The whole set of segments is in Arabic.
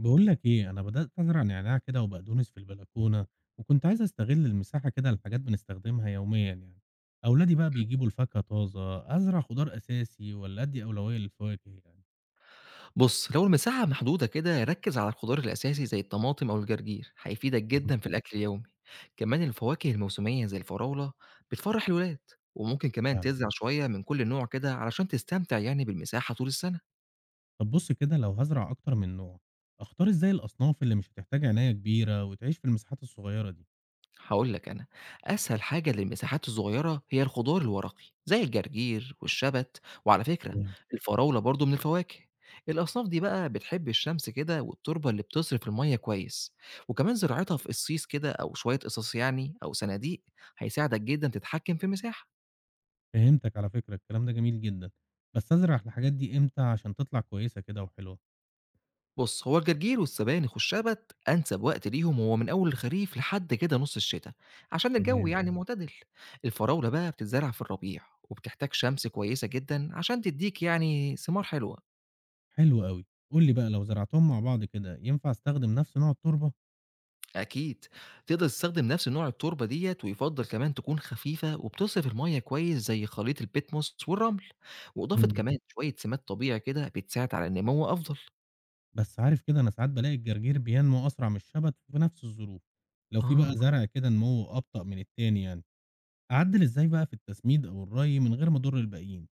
بقول لك ايه انا بدات ازرع نعناع كده وبقدونس في البلكونه، وكنت عايز استغل المساحه كده لحاجات بنستخدمها يوميا يعني. اولادي بقى بيجيبوا الفاكهه طازه، ازرع خضار اساسي ولا ادي اولويه للفواكه يعني؟ بُص، لو المساحة محدودة كده ركّز على الخضار الأساسي زي الطماطم أو الجرجير، هيفيدك مهم. جدًا في الأكل اليومي. كمان الفواكه الموسمية زي الفراولة بتفرّح الولاد، وممكن كمان فعلا. تزرع شوية من كل نوع كده علشان تستمتع يعني بالمساحة طول السنة. طب بص كده لو هزرع اكتر من نوع، اختار ازاي الاصناف اللي مش هتحتاج عنايه كبيره وتعيش في المساحات الصغيره دي؟ هاقول لك أنا، أسهل حاجة للمساحات الصغيرة هي الخضار الورقي، زي الجرجير والشبت، وعلى فكرة تمام. الفراولة برضه من الفواكه. الأصناف دي بقى بتحب الشمس كده والتربة اللي بتصرف المية كويس، وكمان زراعتها في قصيص كده أو شوية قصص يعني أو صناديق هيساعدك جدًا تتحكم في المساحة. فهمتك على فكره، الكلام ده جميل جدا. بس ازرع الحاجات دي امتى عشان تطلع كويسه كده وحلوه؟ بُص، هو الجرجير والسبانخ والشبت أنسب وقت ليهم هو من أول الخريف لحد كده نُص الشتا، عشان الجو يعني إمم. معتدل. الفراولة بقى بتتزرع في الربيع، وبتحتاج شمس كويسة جدًا عشان تدّيك يعني ثمار حلوة. حلو أوي. قُل لي بقى لو زرعتهم مع بعض كده، ينفع أستخدم نفس نوع التربة؟ أكيد تقدر تستخدم نفس نوع التربة ديّة، ويُفضّل كمان تكون خفيفة وبتصرف المَيّة كويس زي خليط البتموس والرمل، وإضافة إمم. كمان شوية سماد طبيعي كده بتساعد على النمو أفضل. بس عارف كده أنا ساعات بالاقي الجرجير بينمو أسرع من الشبت في نفس الظروف. لو في آه. بقى زرع كده نموه أبطأ من التاني يعني، أعدِّل إزاي بقى في التسميد أو الري من غير ما أضر الباقيين؟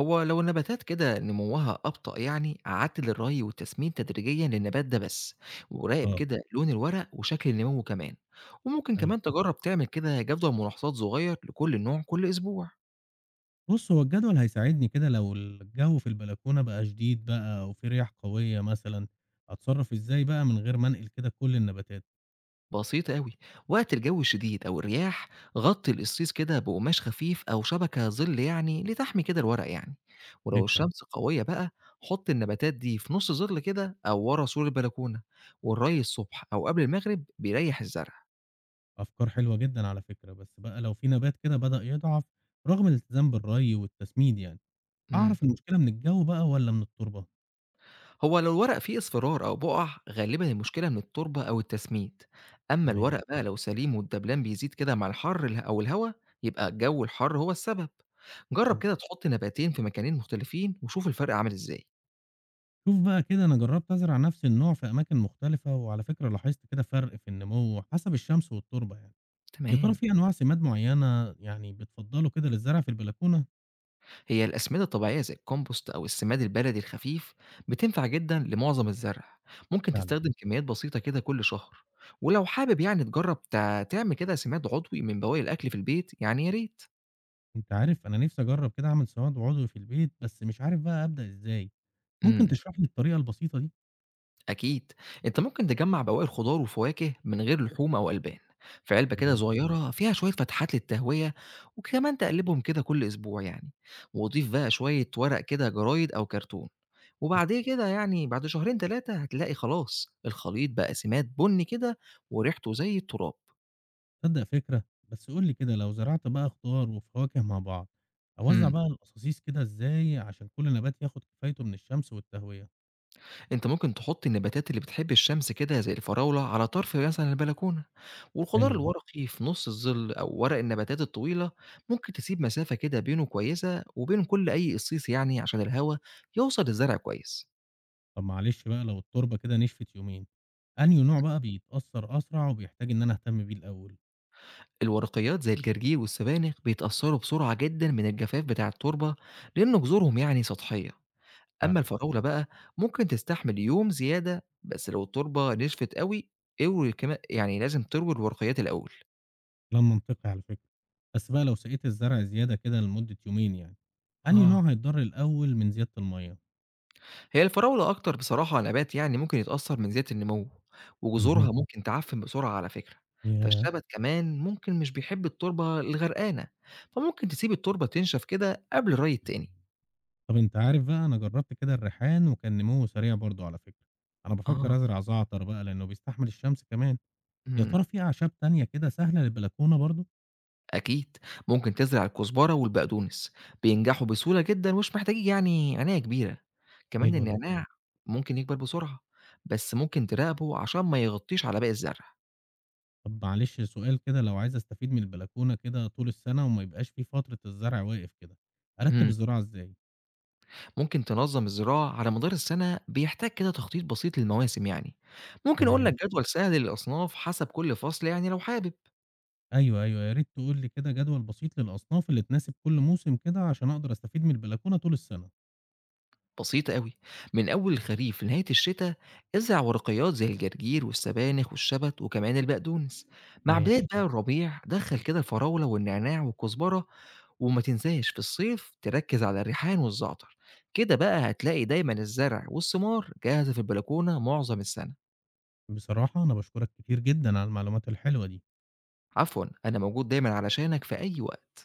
هو لو النباتات كده نموها أبطأ يعني عدل الري والتسمين تدريجيا للنبات ده بس، وراقب آه، كده لون الورق وشكل النمو كمان، وممكن أيوه. كمان تجرب تعمل كده جدول ملاحظات صغير لكل نوع كل أسبوع. بُص، هو الجدول هيساعدني كده. لو الجو في البلكونة بقى شديد بقى أو في رياح قوية مثلًا، أتصرّف إزاي بقى من غير ما أنقل كده كل النباتات؟ بسيطة أوي. وقت الجو الشديد أو الرياح غطي القصيص كده بقماش خفيف أو شبكة ظل يعني لتحمي كده الورق يعني، ولو فكرة. الشمس قوية بقى حط النباتات دي في نص ظل كده أو ورا سور البلكونة، والري الصبح أو قبل المغرب بيريح الزرع. أفكار حلوة جدًا على فكرة. بس بقى لو في نبات كده بدأ يضعف رغم الالتزام بالري والتسميد يعني، مم. أعرف المشكلة من الجو بقى والّا من التربة؟ هو لو الورق فيه اصفرار أو بقع غالبا المشكلة من التربة أو التسميد، أما تمام. الورق بقى لو سليم والدبلان بيزيد كده مع الحر أو الهواء يبقى الجو الحر هو السبب. جرب إمم. كده تحط نباتين في مكانين مختلفين وشوف الفرق عامل ازاي. شوف بقى كده، أنا جرّبت أزرع نفس النوع في أماكن مختلفة، وعلى فكرة لاحظت كده فرق في النمو حسب الشمس والتربة يعني. يا ترى تمام. في أنواع سماد معيّنة يعني بتفضّله كده للزرع في البلكونة؟ هي الأسمدة الطبيعية زي الكومبوست أو السماد البلدي الخفيف بتنفع جدا لمعظم الزرع، ممكن فعلًا. تستخدم كميات بسيطة كده كل شهر، ولو حابب يعني تجرب تعمل كده سماد عضوي من بواقي الأكل في البيت يعني يا ريت. أنت عارف أنا نفسي أجرّب كده أعمل سماد عضوي في البيت، بس مش عارف بقى أبدأ إزاي؟ ممكن مم. تشرح لي الطريقة البسيطة دي؟ أكيد، أنت ممكن تجمّع بواقي الخضار وفواكه من غير لحوم أو ألبان، في علبة كده تمام. صغيرة فيها شوية فتحات للتهوية، وكمان تقلّبهم كده كل أسبوع يعني، وضيف بقى شوية ورق كده جرايد أو كرتون، وبعد كده يعني بعد شهرين 3 هتلاقي خلاص الخليط بقى سماد بني كده وريحته زي التراب. تصدق فكرة. بس قُل لي كده لو زرعت بقى خضار وفواكه مع بعض، أوزّع إمم. بقى القصاصيص كده إزاي عشان كل نبات ياخد كفايته من الشمس والتهوية؟ أنت ممكن تحط النباتات اللي بتحب الشمس كده زي الفراولة على طرف مثلًا البلكونة، والخضار حلو ده. الورقي في نُص الظل أو ورق النباتات الطويلة. ممكن تسيب مسافة كده بينه كويسة وبين كل أي قصيص يعني عشان الهوا يوصل للزرع كويس. طب معلش بقى لو التربة كده نشفت يومين، أنهي نوع بقى بيتأثّر أسرع وبيحتاج إن أنا أهتم بيه الأول؟ الورقيات زي الجرجير والسبانخ بيتأثروا بسرعة جدًا من الجفاف بتاع التربة لأن جذورهم يعني سطحية، أما فعلًا. الفراولة بقى ممكن تستحمل يوم زيادة بس لو التربة نشفت أوي، اوي كما يعني لازم تروي الورقيات الأول. كلام منطقي على فكرة. بس بقى لو سقيت الزرع زيادة كده لمدة يومين يعني، أنهي آه. نوع هيتضر الأول من زيادة المَيّة؟ هي الفراولة أكتر بصراحة نبات يعني ممكن يتأثّر من زيادة النمو، وجذورها اهم. إمم. ممكن تعفّن بسرعة على فكرة، ياه! فالشبت كمان ممكن مش بيحب التربة الغرقانة، فممكن تسيب التربة تنشف كده قبل الري التاني. طب أنت عارف بقى، أنا جرّبت كده الريحان وكان نموّه سريع برضه على فكرة. أنا آه. بافكّر أزرع زعتر بقى لإنه بيستحمل الشمس كمان، يا إمم، ترى في أعشاب تانية كده سهلة للبلكونة برضه؟ أكيد، ممكن تزرع الكزبرة والبقدونس، بينجحوا بسهولة جدًا ومش محتاجين يعني عناية كبيرة، كمان حلو إمم. ده. النعناع ممكن يكبر بسرعة، بس ممكن تراقبه عشان ما يغطّيش على باقي الزرع. طب معلش سؤال كده، لو عايز أستفيد من البلكونة كده طول السنة وما يبقاش في فترة الزرع واقف كده، أرتّب إمم. الزراعة إزاي؟ ممكن تنظم الزراعة على مدار السنة بيحتاج كده تخطيط بسيط للمواسم يعني، ممكن أقول تمام. لك جدول سهل للأصناف حسب كل فصل يعني لو حابب. أيوه، أيوه، يا ريت تقول لي كده جدول بسيط للأصناف اللي تناسب كل موسم كده عشان أقدر أستفيد من البلكونة طول السنة. بسيطة قوي. من أول الخريف لنهاية الشتاء ازرع ورقيات زي الجرجير والسبانخ والشبت وكمان البقدونس، مع ماشي. بداية بقى الربيع دخل كده الفراولة والنعناع والكزبرة، وما تنساش في الصيف تركز على الريحان والزعتر، كده بقى هتلاقي دايما الزرع والثمار جاهزة في البلكونة معظم السنة. بصراحة أنا باشكرك كتير جدًا على المعلومات الحلوة دي. عفوا، أنا موجود دايما علشانك في أي وقت.